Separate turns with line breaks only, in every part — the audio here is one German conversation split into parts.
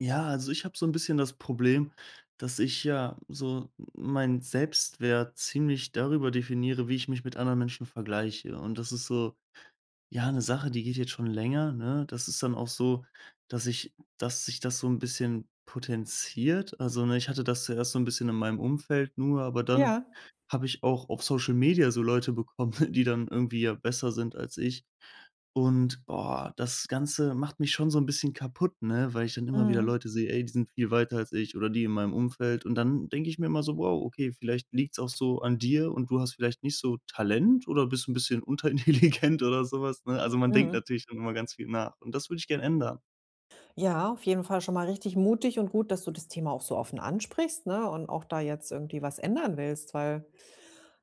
Ja, also ich habe so ein bisschen das Problem, dass ich ja so meinen Selbstwert ziemlich darüber definiere, wie ich mich mit anderen Menschen vergleiche. Und das ist so, ja, eine Sache, die geht jetzt schon länger, ne? Das ist dann auch so, dass sich das so ein bisschen potenziert. Also, ne, ich hatte das zuerst so ein bisschen in meinem Umfeld nur, aber dann
Ja,
habe ich auch auf Social Media so Leute bekommen, die dann irgendwie ja besser sind als ich. Und, boah, das Ganze macht mich schon so ein bisschen kaputt, ne, weil ich dann immer wieder
mhm,
Leute sehe: „Ey, die sind viel weiter als ich" oder die in meinem Umfeld. Und dann denke ich mir immer so: „Wow, okay, vielleicht liegt's auch so an dir und du hast vielleicht nicht so Talent oder bist ein bisschen unterintelligent" oder sowas, ne? Also, man denkt
mhm.
natürlich dann immer ganz viel nach und das würde ich gerne ändern.
Ja, auf jeden Fall schon mal richtig mutig und gut, dass du das Thema auch so offen ansprichst, ne, und auch da jetzt irgendwie was ändern willst, weil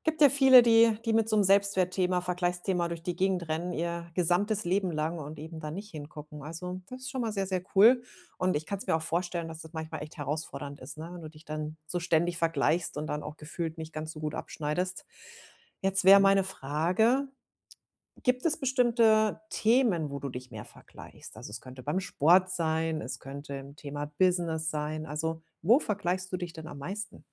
gibt ja viele, die mit so einem Selbstwertthema, Vergleichsthema durch die Gegend rennen, ihr gesamtes Leben lang und eben da nicht hingucken. Also, das ist schon mal sehr, sehr cool und ich kann es mir auch vorstellen, dass das manchmal echt herausfordernd ist, ne, wenn du dich dann so ständig vergleichst und dann auch gefühlt nicht ganz so gut abschneidest. Jetzt wäre meine Frage: Gibt es bestimmte Themen, wo du dich mehr vergleichst? Also, es könnte beim Sport sein, es könnte im Thema Business sein. Also, wo vergleichst du dich denn am meisten?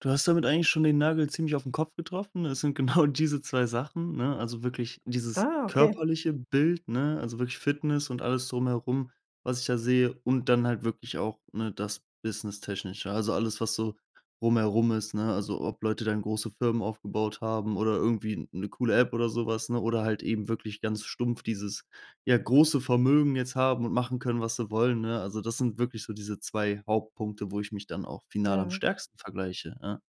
Du hast damit eigentlich schon den Nagel ziemlich auf den Kopf getroffen. Es sind genau diese 2 Sachen, ne? Also, wirklich dieses
Ah, okay.
körperliche Bild, ne? Also, wirklich Fitness und alles drumherum, was ich da sehe, und dann halt wirklich auch, ne, das Businesstechnische. Also, alles, was so drumherum ist, ne? Also, ob Leute dann große Firmen aufgebaut haben oder irgendwie eine coole App oder sowas, ne? Oder halt eben wirklich ganz stumpf dieses, ja, große Vermögen jetzt haben und machen können, was sie wollen, ne? Also, das sind wirklich so diese 2 Hauptpunkte, wo ich mich dann auch final am
Ja.
stärksten vergleiche, ja.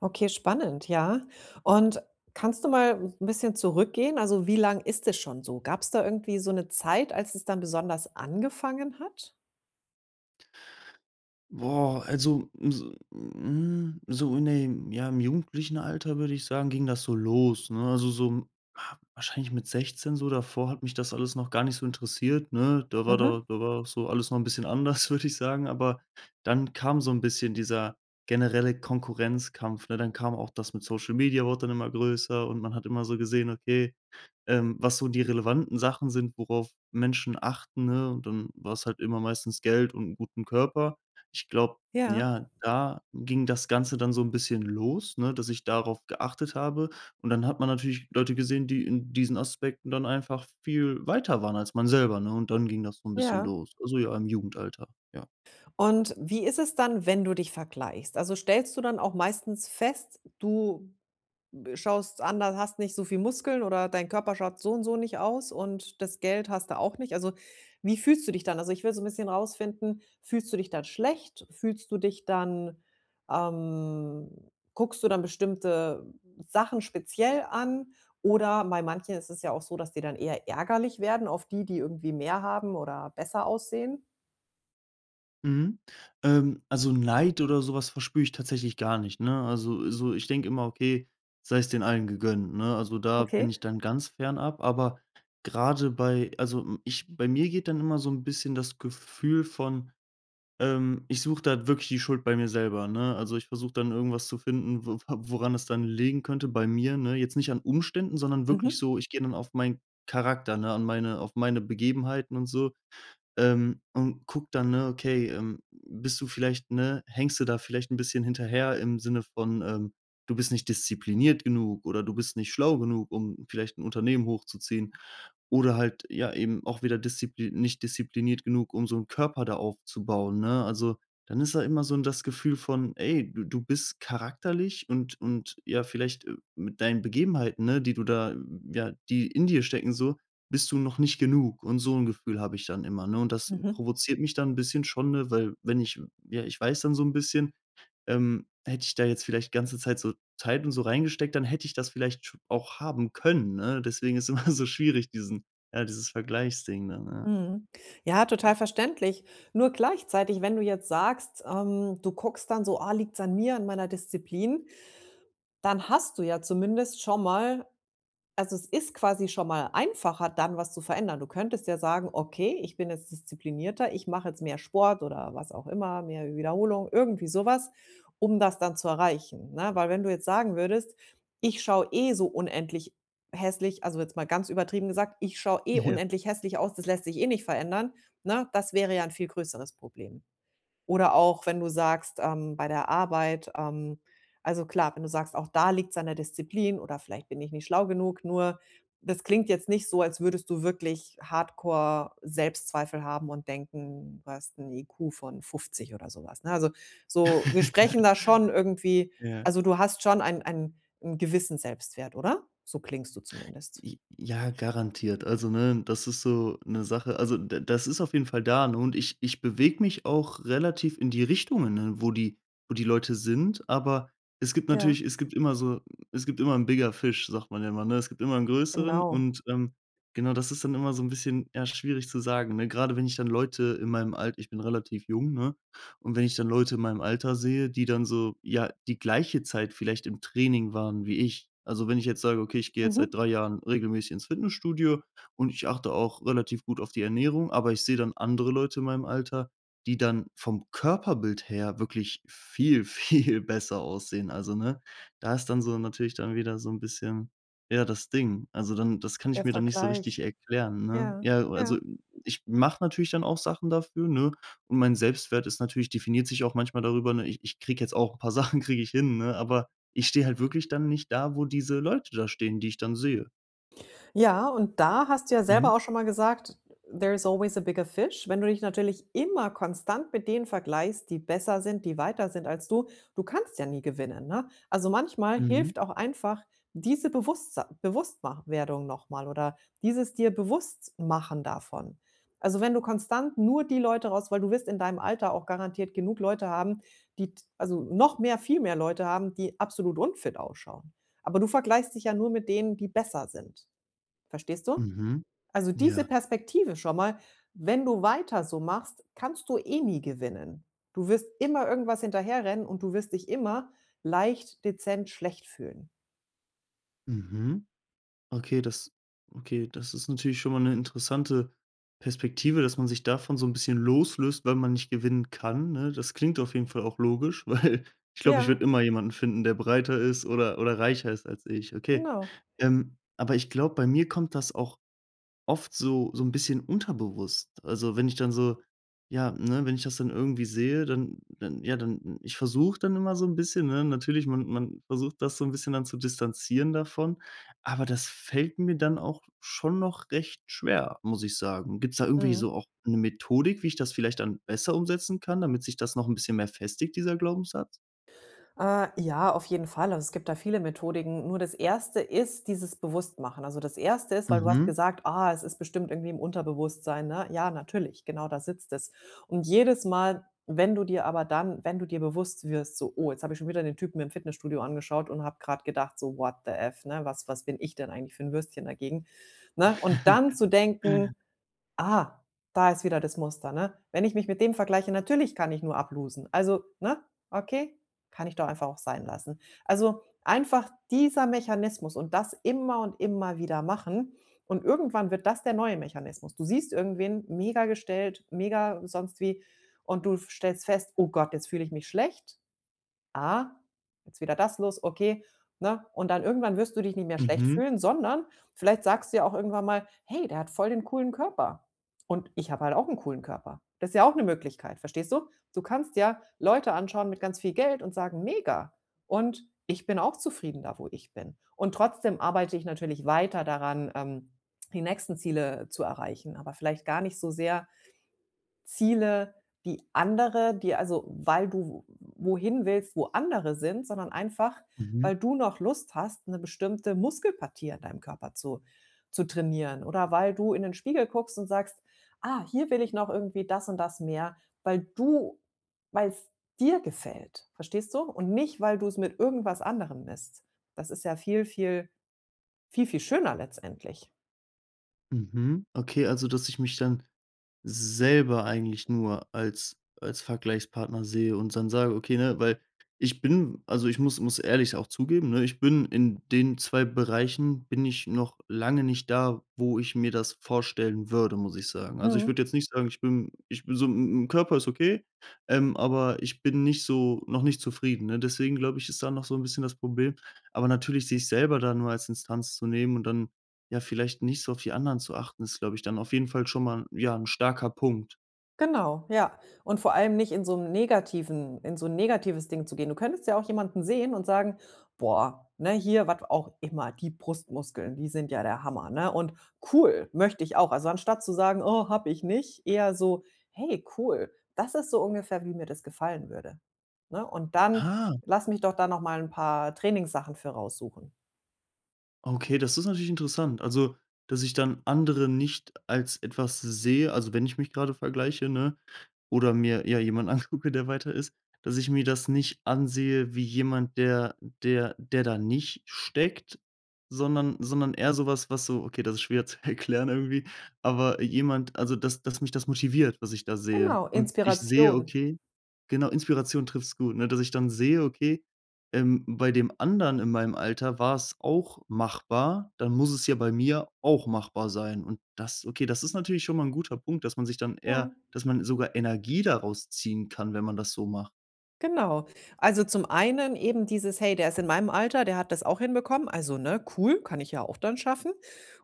Okay, spannend, ja. Und kannst du mal ein bisschen zurückgehen? Also, wie lang ist es schon so? Gab es da irgendwie so eine Zeit, als es dann besonders angefangen hat?
Boah, also, so im jugendlichen Alter würde ich sagen, ging das so los, ne? Also, so, wahrscheinlich mit 16 so, davor hat mich das alles noch gar nicht so interessiert, ne? Da war
Mhm.
da da war so alles noch ein bisschen anders, würde ich sagen, aber dann kam so ein bisschen dieser generelle Konkurrenzkampf, ne? Dann kam auch das mit Social Media, wurde dann immer größer, und man hat immer so gesehen, okay, was so die relevanten Sachen sind, worauf Menschen achten, ne? Und dann war es halt immer meistens Geld und 'n guten Körper. Ich glaube,
Ja,
ja, da ging das Ganze dann so 'n bisschen los, ne, dass ich darauf geachtet habe. Und dann hat man natürlich Leute gesehen, die in diesen Aspekten dann einfach viel weiter waren als man selber, ne? Und dann ging das so 'n bisschen
ja.
los. Also, ja, im Jugendalter, ja.
Und wie ist es dann, wenn du dich vergleichst? Also, stellst du dann auch meistens fest, du b schaust anders, hast nicht so viel Muskeln oder dein Körper schaut so und so nicht aus und das Geld hast du auch nicht. Also, wie fühlst du dich dann? Also, ich will so ein bisschen rausfinden, fühlst du dich dann schlecht? Fühlst du dich dann ähm, guckst du dann bestimmte Sachen speziell an? Oder bei manchen ist es ja auch so, dass die dann eher ärgerlich werden auf die, die irgendwie mehr haben oder besser aussehen.
Mhm. Also, Neid oder so was verspüre ich tatsächlich gar nicht, ne? Also, so ich denke immer: „Okay, sei es den allen gegönnt", ne? Also, da
Okay.
bin ich dann ganz fernab, aber grade bei also, hm, ich bei mir geht dann immer so 'n bisschen das Gefühl von. Ich suche da halt wirklich die Schuld bei mir selber, ne? Also, ich versuche dann irgendwas zu finden, wo woran es dann liegen könnte bei mir, ne? Jetzt nicht an Umständen, sondern wirklich
Mhm.
so, ich gehe dann auf meinen Charakter, ne, an meine auf meine Begebenheiten und so, und guck dann, ne, okay, bist du vielleicht ne, hängst du da vielleicht ein bisschen hinterher im Sinne von, du bist nicht diszipliniert genug oder du bist nicht schlau genug, um vielleicht ein Unternehmen hochzuziehen, oder halt, ja, eben auch wieder diszipli nicht diszipliniert genug, um so einen Körper da aufzubauen, ne? Also, dann ist da immer so das Gefühl von: „Ey, du bist charakterlich und ja, vielleicht, mit deinen Begebenheiten, ne, die du da ja, die in dir stecken so, bist du noch nicht genug", und so 'n Gefühl habe ich dann immer, ne? Und das
Mhm.
provoziert mich dann 'n bisschen schon, ne, weil wenn ich ja, ich weiß dann so 'n bisschen, hätte ich da jetzt vielleicht ganze Zeit so Zeit und so reingesteckt, dann hätte ich das vielleicht sch auch haben können, ne? Deswegen ist immer so schwierig, dieses Vergleichsding dann, ja.
Mhm. Ja, total verständlich. Nur gleichzeitig, wenn du jetzt sagst, du guckst dann so: ah, liegt's an mir, an meiner Disziplin, dann hast du ja zumindest schon mal, also, es ist quasi schon mal einfacher, dann was zu verändern. Du könntest ja sagen: „Okay, ich bin jetzt disziplinierter, ich mache jetzt mehr Sport oder was auch immer, mehr Wiederholung“, irgendwie sowas, um das dann zu erreichen, ne? Weil wenn du jetzt sagen würdest: „Ich schaue eh so unendlich hässlich“, also, jetzt mal ganz übertrieben gesagt: „Ich schaue eh
Ja.
unendlich hässlich aus, das lässt sich eh nicht verändern“, ne? Das wäre ja ein viel größeres Problem. Oder auch, wenn du sagst, bei der Arbeit, also klar, wenn du sagst: „Auch da liegt es an der Disziplin“ oder „vielleicht bin ich nicht schlau genug“, nur das klingt jetzt nicht so, als würdest du wirklich hardcore Selbstzweifel haben und denken, du hast 'n IQ von 50 oder sowas, ne? Also, so, wir sprechen da schon irgendwie,
Ja.
also, du hast schon einen 'n gewissen Selbstwert, oder? So klingst du zumindest.
J ja, garantiert. Also, ne, das ist so eine Sache, also, d das ist auf jeden Fall da, ne, und ich bewege mich auch relativ in die Richtungen, ne, wo die, wo die Leute sind, aber es gibt
Ja.
natürlich es gibt immer so es gibt immer 'n bigger fish, sagt man ja immer, ne? Es gibt immer einen größeren,
Genau.
und, genau, das ist dann immer so ein bisschen, ja, schwierig zu sagen, ne? Grade wenn ich dann Leute in meinem Alter. Ich bin relativ jung, ne? Und wenn ich dann Leute in meinem Alter sehe, die dann so, ja, die gleiche Zeit vielleicht im Training waren wie ich. Also, wenn ich jetzt sage: „Okay, ich gehe jetzt seit
Mhm.
3 Jahren regelmäßig ins Fitnessstudio und ich achte auch relativ gut auf die Ernährung", aber ich sehe dann andere Leute in meinem Alter, die dann vom Körperbild her wirklich viel, viel besser aussehen. Also, ne, da ist dann so natürlich dann wieder so ein bisschen, ja, das Ding. Also, dann, das kann
Der
ich mir dann nicht so
Vergleich.
richtig erklären, ne?
Ja,
Ja, also,
ja.
ich mache natürlich dann auch Sachen dafür, ne? Und mein Selbstwert, ist natürlich, definiert sich auch manchmal darüber, ne, ich kriege jetzt auch ein paar Sachen kriege ich hin, ne, aber ich stehe halt wirklich dann nicht da, wo diese Leute da stehen, die ich dann sehe.
Ja, und da hast du ja selber
Mhm,
auch schon mal gesagt: „There is always a bigger fish.“ Wenn du dich natürlich immer konstant mit denen vergleichst, die besser sind, die weiter sind als du kannst ja nie gewinnen, ne? Also, manchmal
mhm,
hilft auch einfach diese Bewusstsa Bewusstmach Werdung noch mal oder dieses dir bewusst machen davon. Also, wenn du konstant nur die Leute raus, weil du wirst in deinem Alter auch garantiert genug Leute haben, die, also, noch mehr, viel mehr Leute haben, die absolut unfit ausschauen. Aber du vergleichst dich ja nur mit denen, die besser sind. Verstehst du?
mhm,
Also, diese
ja.
Perspektive schon mal, wenn du weiter so machst, kannst du eh nie gewinnen. Du wirst immer irgendwas hinterherrennen und du wirst dich immer leicht, dezent schlecht fühlen.
Mhm. Okay, das ist natürlich schon mal eine interessante Perspektive, dass man sich davon so ein bisschen loslöst, weil man nicht gewinnen kann, ne? Das klingt auf jeden Fall auch logisch, weil ich glaube, ich
Ja,
würde immer jemanden finden, der breiter ist oder reicher ist als ich. Okay.
genau.
Aber ich glaube, bei mir kommt das auch oft so ein bisschen unterbewusst. Also, wenn ich dann so ja, ne, wenn ich das dann irgendwie sehe, dann ich versuche dann immer so ein bisschen, ne, natürlich, man versucht das so ein bisschen dann zu distanzieren davon, aber das fällt mir dann auch schon noch recht schwer, muss ich sagen. Gibt's da irgendwie
Mhm.
so auch eine Methodik, wie ich das vielleicht dann besser umsetzen kann, damit sich das noch ein bisschen mehr festigt, dieser Glaubenssatz?
Ja, auf jeden Fall. Also, es gibt da viele Methodiken. Nur das Erste ist dieses Bewusstmachen. Also, das Erste ist, weil du hast
Mhm.
gesagt: „Ah, es ist bestimmt irgendwie im Unterbewusstsein“, ne? Ja, natürlich, genau da sitzt es. Und jedes Mal, wenn du dir aber dann wenn du dir bewusst wirst, so: „Oh, jetzt habe ich schon wieder den Typen im Fitnessstudio angeschaut und habe gerade gedacht so: 'What the F', ne? Was was bin ich denn eigentlich für ein Würstchen dagegen?'“ Ne? Und dann zu denken: Ah, da ist wieder das Muster, ne? Wenn ich mich mit dem vergleiche, natürlich kann ich nur ablosen. Also, ne? Okay, kann ich doch einfach auch sein lassen. Also, einfach dieser Mechanismus und das immer und immer wieder machen und irgendwann wird das der neue Mechanismus. Du siehst irgendwen mega gestellt, mega sonst wie und du stellst fest: „Oh Gott, jetzt fühle ich mich schlecht.“ Ah, jetzt wieder das los, okay, ne? Und dann irgendwann wirst du dich nicht mehr schlecht
Mhm.
fühlen, sondern vielleicht sagst du ja auch irgendwann mal: „Hey, der hat voll den coolen Körper und ich habe halt auch einen coolen Körper.“ Das ist ja auch eine Möglichkeit, verstehst du? Du kannst ja Leute anschauen mit ganz viel Geld und sagen: „Mega und ich bin auch zufrieden da, wo ich bin.“ Und trotzdem arbeite ich natürlich weiter daran, die nächsten Ziele zu erreichen, aber vielleicht gar nicht so sehr Ziele, die andere die also, weil du wohin willst, wo andere sind, sondern einfach,
Mhm.
weil du noch Lust hast, eine bestimmte Muskelpartie an deinem Körper zu trainieren oder weil du in den Spiegel guckst und sagst: „Ah, hier will ich noch irgendwie das und das mehr“, weil du, weil es dir gefällt, verstehst du? Und nicht, weil du es mit irgendwas anderem misst. Das ist ja viel, viel, viel, viel schöner letztendlich.
Mhm. Okay, also, dass ich mich dann selber eigentlich nur als Vergleichspartner sehe und dann sage: „Okay, ne", weil ich bin also, ich muss ehrlich auch zugeben, ne, ich bin in den 2 Bereichen bin ich noch lange nicht da, wo ich mir das vorstellen würde, muss ich sagen. Also, ich
Mhm.
würde jetzt nicht sagen, ich bin so, im Körper ist okay, aber ich bin nicht so noch nicht zufrieden, ne? Deswegen glaube ich, ist da noch so ein bisschen das Problem. Aber natürlich sich selber da nur als Instanz zu nehmen und dann, ja, vielleicht nicht so auf die anderen zu achten, ist, glaube ich, dann auf jeden Fall schon mal, ja, ein starker Punkt.
Genau, ja. Und vor allem nicht in so 'nem negativen, in so 'n negatives Ding zu gehen. Du könntest ja auch jemanden sehen und sagen: „Boah, ne, hier, was auch immer, die Brustmuskeln, die sind ja der Hammer, ne? Und cool, möchte ich auch.“ Also, anstatt zu sagen: „Oh, habe ich nicht“, eher so: „Hey, cool, das ist so ungefähr, wie mir das gefallen würde“, ne? Und dann
Ah,
lass mich doch da noch mal 'n paar Trainingssachen für raussuchen.
okay, das ist natürlich interessant. Also, dass ich dann andere nicht als etwas sehe, also, wenn ich mich gerade vergleiche, ne, oder mir, ja, jemand angucke, der weiter ist, dass ich mir das nicht ansehe wie jemand, der da nicht steckt, sondern eher sowas, was so okay, das ist schwer zu erklären irgendwie, aber jemand, also, dass mich das motiviert, was ich da sehe.
Genau,
Und ich sehe,
Inspiration.
okay, genau, Inspiration trifft's gut, ne? Dass ich dann sehe, okay, bei dem anderen in meinem Alter war es auch machbar, dann muss es ja bei mir auch machbar sein. Und das ist natürlich schon mal ein guter Punkt, dass man sich dann eher
Ja.
dass man sogar Energie daraus ziehen kann, wenn man das so macht.
Genau. Also, zum einen eben dieses: „Hey, der ist in meinem Alter, der hat das auch hinbekommen, also, ne, cool, kann ich ja auch dann schaffen.“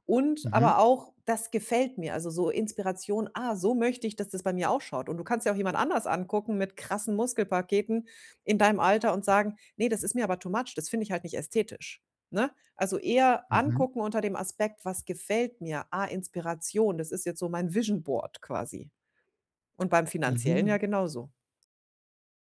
Und
Mhm.
aber auch: „Das gefällt mir.“ Also, so Inspiration: „Ah, so möchte ich, dass das bei mir ausschaut.“ Und du kannst ja auch jemand anders angucken mit krassen Muskelpaketen in deinem Alter und sagen: nee, das ist mir aber too much, das finde ich halt nicht ästhetisch.“ Ne? Also, eher
Mhm.
angucken unter dem Aspekt: „Was gefällt mir? Ah, Inspiration, das ist jetzt so mein Vision Board quasi.“ Und beim Finanziellen ja
Mhm.
genauso.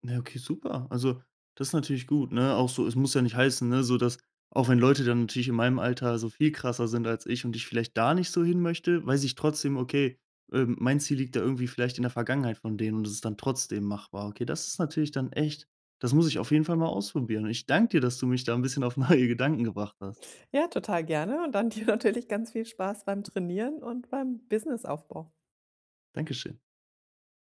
Na ja, okay, super. Also, das ist natürlich gut, ne? Auch so, es muss ja nicht heißen, ne, so, dass auch wenn Leute dann natürlich in meinem Alter so viel krasser sind als ich und ich vielleicht da nicht so hin möchte, weiß ich trotzdem, okay, mein Ziel liegt da irgendwie vielleicht in der Vergangenheit von denen und es ist dann trotzdem machbar. Okay, das ist natürlich dann echt. Das muss ich auf jeden Fall mal ausprobieren. Ich danke dir, dass du mich da ein bisschen auf neue Gedanken gebracht hast.
Ja, total gerne und dann dir natürlich ganz viel Spaß beim Trainieren und beim Businessaufbau.
Dankeschön.